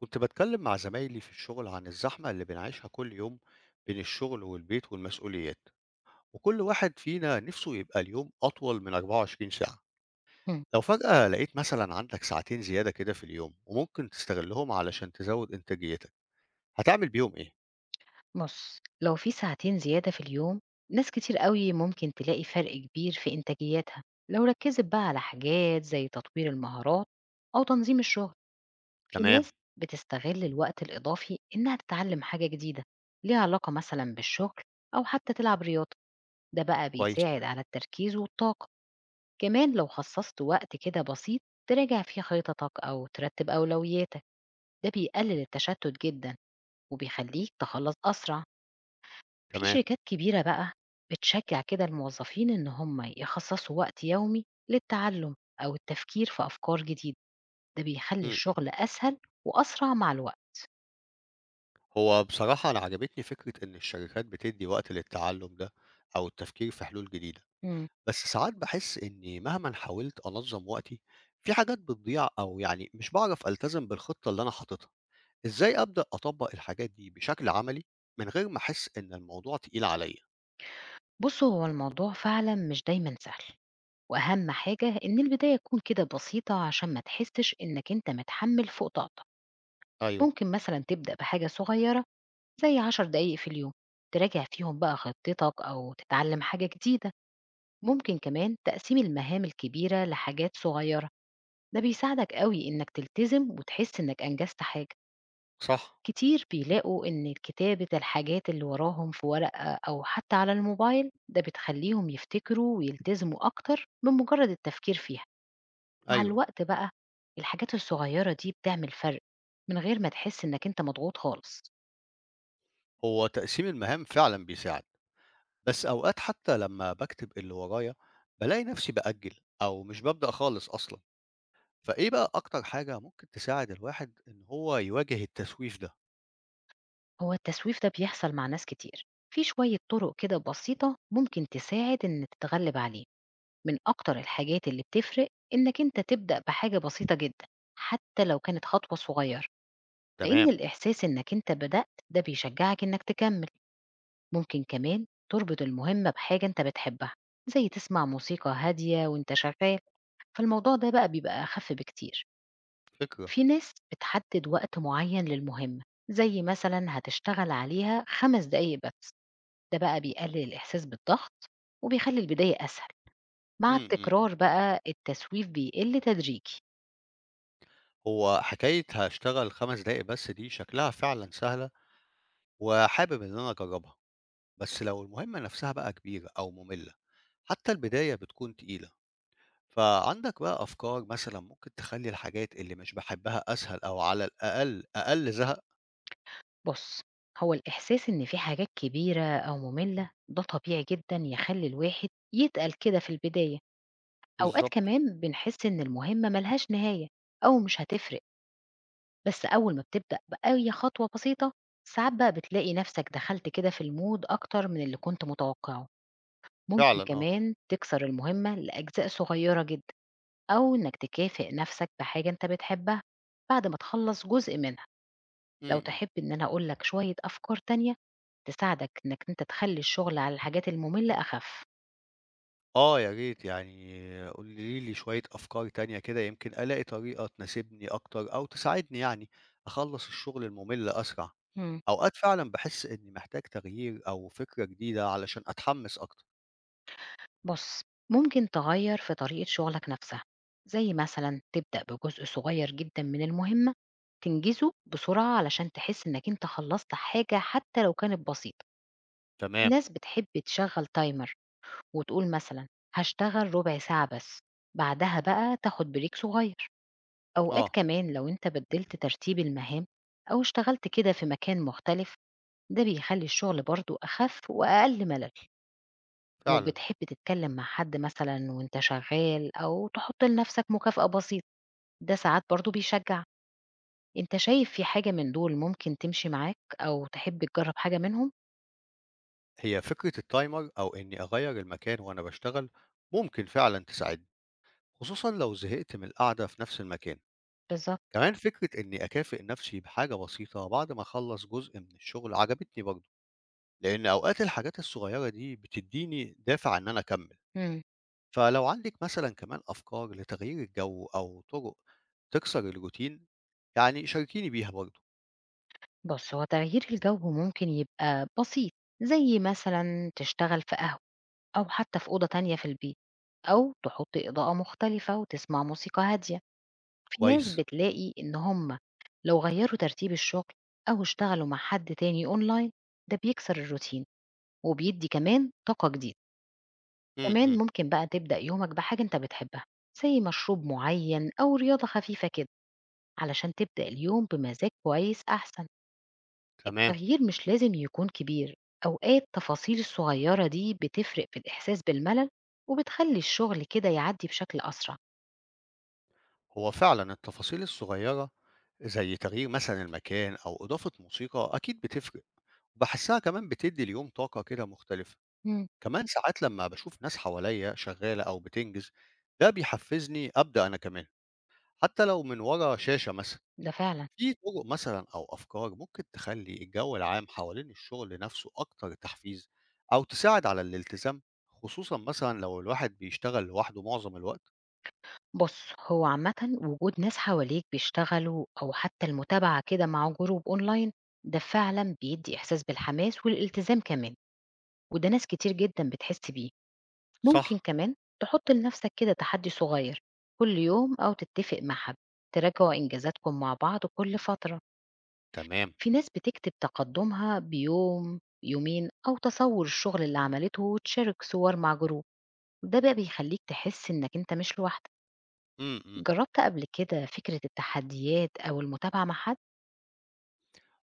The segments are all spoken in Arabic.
كنت بتكلم مع زمايلي في الشغل عن الزحمة اللي بنعيشها كل يوم بين الشغل والبيت والمسؤوليات، وكل واحد فينا نفسه يبقى اليوم أطول من 24 ساعة. إمم، لو فجأة لقيت مثلا عندك ساعتين زيادة كده في اليوم وممكن تستغلهم علشان تزود إنتاجيتك، هتعمل بيهم إيه؟ بُص، لو في ساعتين زيادة في اليوم، ناس كتير أوي ممكن تلاقي فرق كبير في إنتاجيتها لو ركّزت بقى على حاجات زي تطوير المهارات أو تنظيم الشغل. في تمام. ناس بتستغل الوقت الإضافي إنها تتعلم حاجة جديدة ليها علاقة مثلًا بالشغل أو حتى تلعب رياضة، ده بقى كويس. بيساعد على التركيز والطاقة. كمان لو خصصت وقت كده بسيط تراجع فيه خططك أو ترتب أولوياتك، ده بيقلل التشتت جدًا وبيخليك تخلّص أسرع. في تمام. شركات كبيرة بقى بتشجع كده الموظفين إن هم يخصصوا وقت يومي للتعلم أو التفكير في أفكار جديدة ده بيخلي مم. الشغل أسهل وأسرع مع الوقت. هو بصراحة أنا عجبتني فكرة إن الشركات بتدي وقت للتعلم ده أو التفكير في حلول جديدة، مم. بس ساعات باحس إني مهمًا حاولت أنظّم وقتي، في حاجات بتضيع أو يعني مش باعرف ألتزم بالخطة اللي أنا حاططها، إزاي أبدأ أطبّق الحاجات دي بشكل عملي من غير ما أحس إن الموضوع تقيل عليَّ؟ بصوا هو الموضوع فعلا مش دايما سهل وأهم حاجة إن البداية تكون كده بسيطة عشان ما تحسش إنك أنت متحمل فوق طاقتك. أيوه. ممكن مثلا تبدأ بحاجة صغيرة زي 10 دقايق في اليوم تراجع فيهم بقى خطتك أو تتعلم حاجة جديدة. ممكن كمان تقسيم المهام الكبيرة لحاجات صغيرة، ده بيساعدك قوي إنك تلتزم وتحس إنك أنجزت حاجة. صح. كتير بيلاقوا إن كتابة الحاجات اللي وراهم في ورقة أو حتى على الموبايل ده بتخليهم يفتكروا ويلتزموا أكتر من مجرد التفكير فيها. مع أيوه. الوقت بقى الحاجات الصغيرة دي بتعمل فرق من غير ما تحس إنك أنت مضغوط خالص. هو تقسيم المهام فعلًا بيساعد، بس أوقات حتى لمّا باكتب اللي ورايا بالاقي نفسي بأجّل أو مش بابدأ خالص أصلًا، فإيه بقى أكتر حاجة ممكن تساعد الواحد إن هو يواجه التسويف ده؟ هو التسويف ده بيحصل مع ناس كتير، في شوية طرق كده بسيطة ممكن تساعد إن تتغلب عليه. من أكتر الحاجات اللي بتفرق إنك أنت تبدأ بحاجة بسيطة جدًا، حتى لو كانت خطوة صغيرة، لإن تمام. الإحساس إنك أنت بدأت ده بيشجعك إنك تكمل، ممكن كمان تربط المهمة بحاجة أنت بتحبها، زي تسمع موسيقى هادية وأنت شغال، فالموضوع ده بقى بيبقى أخف بكتير. فكرة. في ناس بتحدد وقت معين للمهمة، زي مثلًا هتشتغل عليها 5 دقايق بس، ده بقى بيقلل الإحساس بالضغط وبيخلي البداية أسهل. مع إمم، إمم. التكرار بقى التسويف بيقل تدريجي. هو حكاية هاشتغل 5 دقايق بس دي شكلها فعلًا سهلة، وحابب إن أنا أجربها، بس لو المهمة نفسها بقى كبيرة أو مملة، حتى البداية بتكون تقيلة، فعندك بقى أفكار مثلًا ممكن تخلّي الحاجات اللي مش باحبها أسهل أو على الأقل أقل زهق؟ بص، هو الإحساس إن في حاجات كبيرة أو مملة ده طبيعي جدا يخلي الواحد يتقل كده في البداية. أوقات بالضبط. كمان بنحس إن المهمة ملهاش نهاية أو مش هتفرق، بس أول ما بتبدأ بأي خطوة بسيطة ساعات بقى بتلاقي نفسك دخلت كده في المود أكتر من اللي كنت متوقعه. ممكن فعلًا آه. كمان تكسر المهمة لأجزاء صغيرة جدا، أو إنك تكافئ نفسك بحاجة أنت بتحبها بعد ما تخلص جزء منها. إمم، لو إمم. تحب إن أنا أقول لك شوية أفكار تانية تساعدك إنك أنت تخلّي الشغل على الحاجات المملة أخف. آه يا ريت يعني قولي لي شوية أفكار تانية كده يمكن ألاقي طريقة تناسبني أكتر أو تساعدني يعني أخلّص الشغل الممل أسرع. إمم. أوقات فعلًا باحس إني محتاج تغيير أو فكرة جديدة علشان أتحمس أكتر. بُص، ممكن تغيّر في طريقة شغلك نفسها، زي مثلًا تبدأ بجزء صغير جدًا من المهمة تنجزه بسرعة علشان تحس إنك أنت خلّصت حاجة حتى لو كانت بسيطة. تمام. الناس بتحب تشغّل timer وتقول مثلًا هاشتغل ربع ساعة بس، بعدها بقى تاخد break صغير. أوقات آه. كمان لو أنت بدلت ترتيب المهام أو اشتغلت كده في مكان مختلف ده بيخلي الشغل برضو أخف وأقل ملل. لو فعلًا. بتحب تتكلم مع حد مثلا وأنت شغال أو تحط لنفسك مكافأة بسيطة ده ساعات برضو بيشجع. أنت شايف في حاجة من دول ممكن تمشي معاك أو تحب تجرب حاجة منهم؟ هي فكرة التايمر أو إني أغيّر المكان وأنا باشتغل ممكن فعلًا تساعدني، خصوصًا لو زهقت من القعدة في نفس المكان. بالظبط. كمان فكرة إني أكافئ نفسي بحاجة بسيطة بعد ما أخلّص جزء من الشغل عجبتني برضه، لإن أوقات الحاجات الصغيرة دي بتدّيني دافع إن أنا أكمّل. مم. فلو عندِك مثلًا كمان أفكار لتغيير الجو أو طُرق تكسر الروتين، يعني شاركيني بيها برضه. بص، هو تغيير الجو ممكن يبقى بسيط زي مثلا تشتغل في قهوة أو حتى في أوضة تانية في البيت، أو تحطي إضاءة مختلفة وتسمع موسيقى هادية. في ناس كويس. بتلاقي إن هم لو غيروا ترتيب الشغل أو اشتغلوا مع حد تاني أونلاين ده بيكسر الروتين وبيدي كمان طاقة جديدة. إمم، كمان إمم. ممكن بقى تبدأ يومك بحاجة أنت بتحبها زي مشروب معين أو رياضة خفيفة كده علشان تبدأ اليوم بمزاج كويس أحسن. تمام. التغيير مش لازم يكون كبير، أوقات التفاصيل الصغيرة دي بتفرق في الإحساس بالملل وبتخلي الشغل كده يعدي بشكل أسرع. هو فعلًا التفاصيل الصغيّرة زي تغيير مثلًا المكان أو إضافة موسيقى أكيد بتفرق، وباحسّها كمان بتدّي اليوم طاقة كده مختلفة. مم. كمان ساعات لمّا باشوف ناس حواليّا شغّالة أو بتنجز، ده بيحفّزني أبدأ أنا كمان، حتّى لو من ورا شاشة مثلًا. ده فعلا. في طُرق مثلًا أو أفكار ممكن تخلّي الجو العام حوالين الشغل نَفْسه أكتر تحفيز أو تساعد على الالتزام، خصوصًا مثلًا لو الواحد بيشتغل لوحده معظم الوقت؟ بص، هو عامة وجود ناس حواليك بيشتغلوا أو حتى المتابعة كده مع جروب أونلاين ده فعلا بيدي إحساس بالحماس والالتزام كمان، وده ناس كتير جدا بتحس بيه. ممكن صح. كمان تحط لنفسك كده تحدي صغير كل يوم أو تتفق مع حد تراجعوا إنجازاتكم مع بعض كل فترة. تمام. في ناس بتكتب تقدمها بيوم يومين أو تصور الشغل اللي عملته وتشارك صور مع جروب، ده بقى بيخليك تحس إنك أنت مش لوحدك. إمم، إمم. جربت قبل كده فكرة التحديات أو المتابعة مع حد؟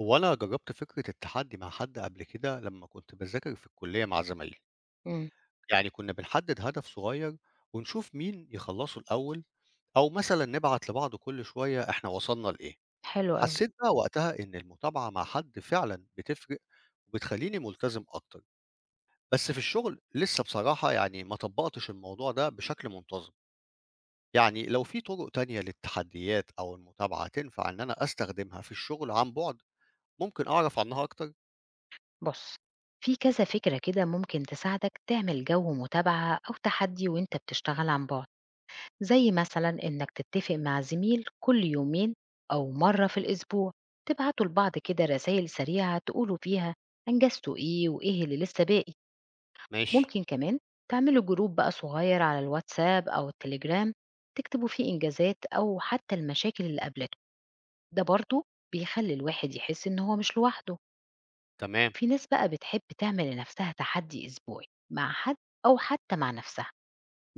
هو أنا جرّبت فكرة التحدّي مع حد قبل كده لمّا كنت باذاكر في الكلية مع زمايلي، مم. يعني كنّا بنحدّد هدف صغير ونشوف مين يخلّصه الأول أو مثلًا نبعت لبعض كل شوية إحنا وصلنا لإيه. حلو أوي. حسّيت بقى وقتها إن المتابعة مع حد فعلًا بتفرق وبتخلّيني ملتزم أكتر، بس في الشغل لسّه بصراحة يعني ما طبّقتش الموضوع ده بشكل منتظم. يعني لو في طُرق تانية للتحدّيات أو المتابعة تنفع إن أنا أستخدمها في الشغل عن بُعد ممكن أعرف عنّها أكتر؟ بص، في كذا فكرة كده ممكن تساعدك تعمل جو متابعة أو تحدي وأنت بتشتغل عن بعد، زي مثلا إنك تتفق مع زميل كل يومين أو مرة في الأسبوع تبعتوا لبعض كده رسائل سريعة تقولوا فيها أنجزتوا إيه وإيه اللي لسه باقي. ماشي. ممكن كمان تعملوا جروب بقى صغير على الواتساب أو التليجرام تكتبوا فيه إنجازات أو حتى المشاكل اللي قابلته، ده برضه بيخلي الواحد يحس إن هو مش لوحده. تمام. في ناس بقى بتحب تعمل لنفسها تحدي أسبوعي مع حد أو حتى مع نفسها،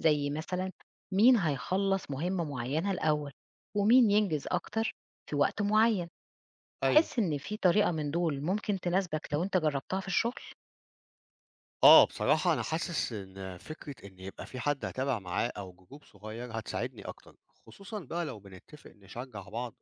زي مثلا مين هيخلص مهمة معينة الأول ومين ينجز أكتر في وقت معين. أيوه. تحس إن في طريقة من دول ممكن تناسبك لو أنت جربتها في الشغل؟ آه، بصراحة أنا حاسس إن فكرة إن يبقى في حد هاتابع معاه أو جروب صغير هتساعدني أكتر، خصوصًا بقى لو بنتفق نشجّع بعض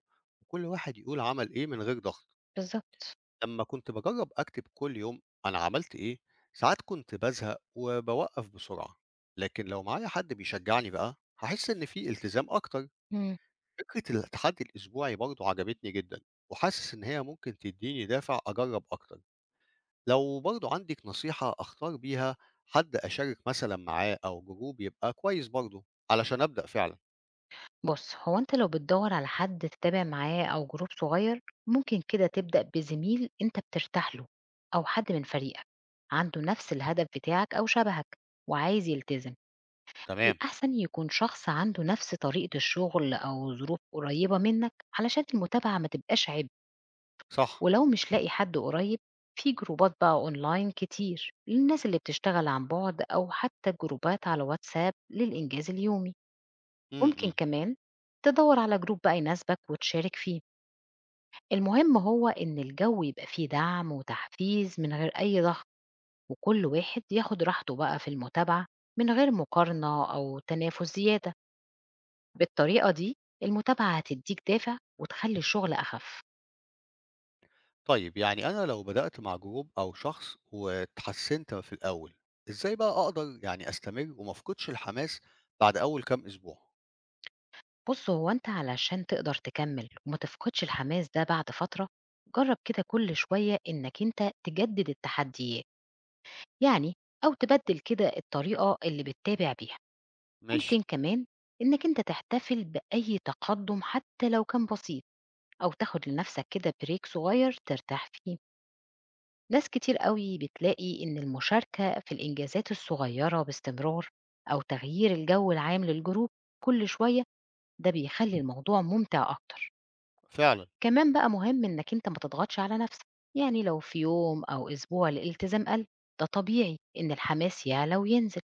وكل واحد يقول عمل إيه من غير ضغط. بالظبط. لمّا كنت باجرّب أكتب كل يوم أنا عملت إيه، ساعات كنت بازهق وباوقّف بسرعة، لكن لو معايا حد بيشجعني بقى، هاحس إن في التزام أكتر. مم. فكرة التحدي الأسبوعي برضه عجبتني جدًا، وحاسس إن هي ممكن تدّيني دافع أجرّب أكتر. لو برضو عندك نصيحة أختار بيها حد أشارك مثلا معاه أو جروب يبقى كويس برضو علشان أبدأ فعلا. بص، هو أنت لو بتدور على حد تتابع معاه أو جروب صغير ممكن كده تبدأ بزميل أنت بترتاح له أو حد من فريقك عنده نفس الهدف بتاعك أو شبهك وعايز يلتزم. تمام. الأحسن يكون شخص عنده نفس طريقة الشغل أو ظروف قريبة منك علشان المتابعة ما تبقاش عبء. صح. ولو مش لاقي حد قريب، في جروبات بقى أونلاين كتير للناس اللي بتشتغل عن بعد أو حتى جروبات على واتساب للإنجاز اليومي. ممكن م-م. كمان تدور على جروب بقى يناسبك وتشارك فيه. المهم هو إن الجو يبقى فيه دعم وتحفيز من غير أي ضغط، وكل واحد ياخد راحته بقى في المتابعة من غير مقارنة أو تنافس زيادة. بالطريقة دي المتابعة هتديك دافع وتخلي الشغل أخف. طيب يعني أنا لو بدأت مع جروب أو شخص واتحسنت في الأول، إزاي بقى أقدر يعني أستمر وما أفقدش الحماس بعد أول كام أسبوع؟ بُص، هو أنت علشان تقدر تكمّل وما تفقدش الحماس ده بعد فترة، جرّب كده كل شوية إنّك أنت تجدد التحديات، يعني أو تبدّل كده الطريقة اللي بتتابع بيها، ممكن ماشي. كمان إنّك أنت تحتفل بأي تقدُّم حتى لو كان بسيط أو تاخد لنَفْسك كده break صغير ترتاح فيه، ناس كتير أوي بتلاقي إن المشاركة في الإنجازات الصغيّرة باستمرار أو تغيير الجَو العام للجروب كل شوية، ده بيخلّي الموضوع ممتع أكتر. فعلا. كمان بقى مهم إنك أنت ما تضغطش على نفسك، يعني لو في يوم أو أسبوع الالتزام قل ده طبيعي إن الحماس يعلى وينزل.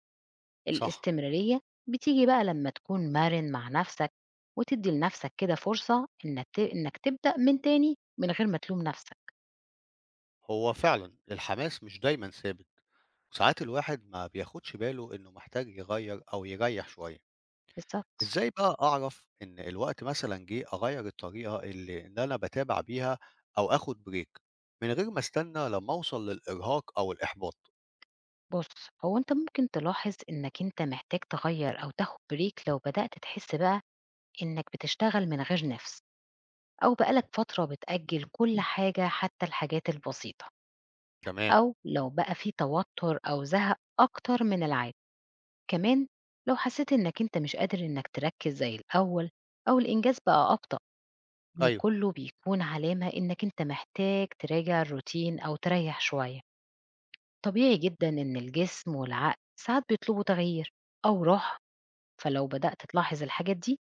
صح. الاستمرارية بتيجي بقى لما تكون مرن مع نفسك وتدي لنفسك كده فرصة إنك إنك تبدأ من تاني من غير ما تلوم نفسك. هو فعلا الحماس مش دايما ثابت، وساعات الواحد ما بياخدش باله إنه محتاج يغير أو يريح شوية. بالظبط. إزاي بقى أعرف إن الوقت مثلًا جِه أغيّر الطريقة اللي أنا باتابع بيها أو آخُد break من غير ما أستنى لمّا أوصل للإرهاق أو الإحباط؟ بص، هو أنت ممكن تلاحظ إنك أنت محتاج تغير أو تاخد بريك لو بدأت تحس بقى إنك بتشتغل من غير نفس أو بقالك فترة بتأجل كل حاجة حتى الحاجات البسيطة، تمام. أو لو بقى في توتر أو زهق أكتر من العادة. كمان لو حسيت إنك أنت مش قادر إنك تركز زي الأول أو الإنجاز بقى أبطأ، ده أيوه. كله بيكون علامة إنك أنت محتاج تراجع الروتين أو تريح شوية. طبيعي جدا إن الجسم والعقل ساعات بيطلبوا تغيير أو راحة، فلو بدأت تلاحظ الحاجات دي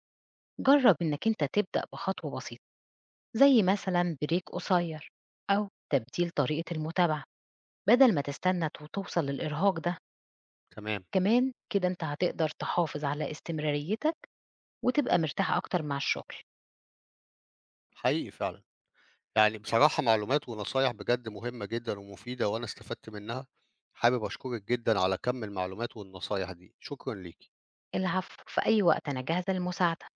جرب إنك أنت تبدأ بخطوة بسيطة زي مثلا بريك قصير أو تبديل طريقة المتابعة بدل ما تستنى توصل للإرهاق ده. تمام. كمان كده أنت هتقدر تحافظ على استمراريتك وتبقى مرتاح أكتر مع الشغل. حقيقي فعلًا. يعني بصراحة معلومات ونصايح بجد مهمة جدًا ومفيدة وأنا استفدت منّها. حابب أشكرِك جدًا على كَم المعلومات والنصايح دي، شكرًا ليكِ. العفو، في أي وقت أنا جاهزة لمساعدتك.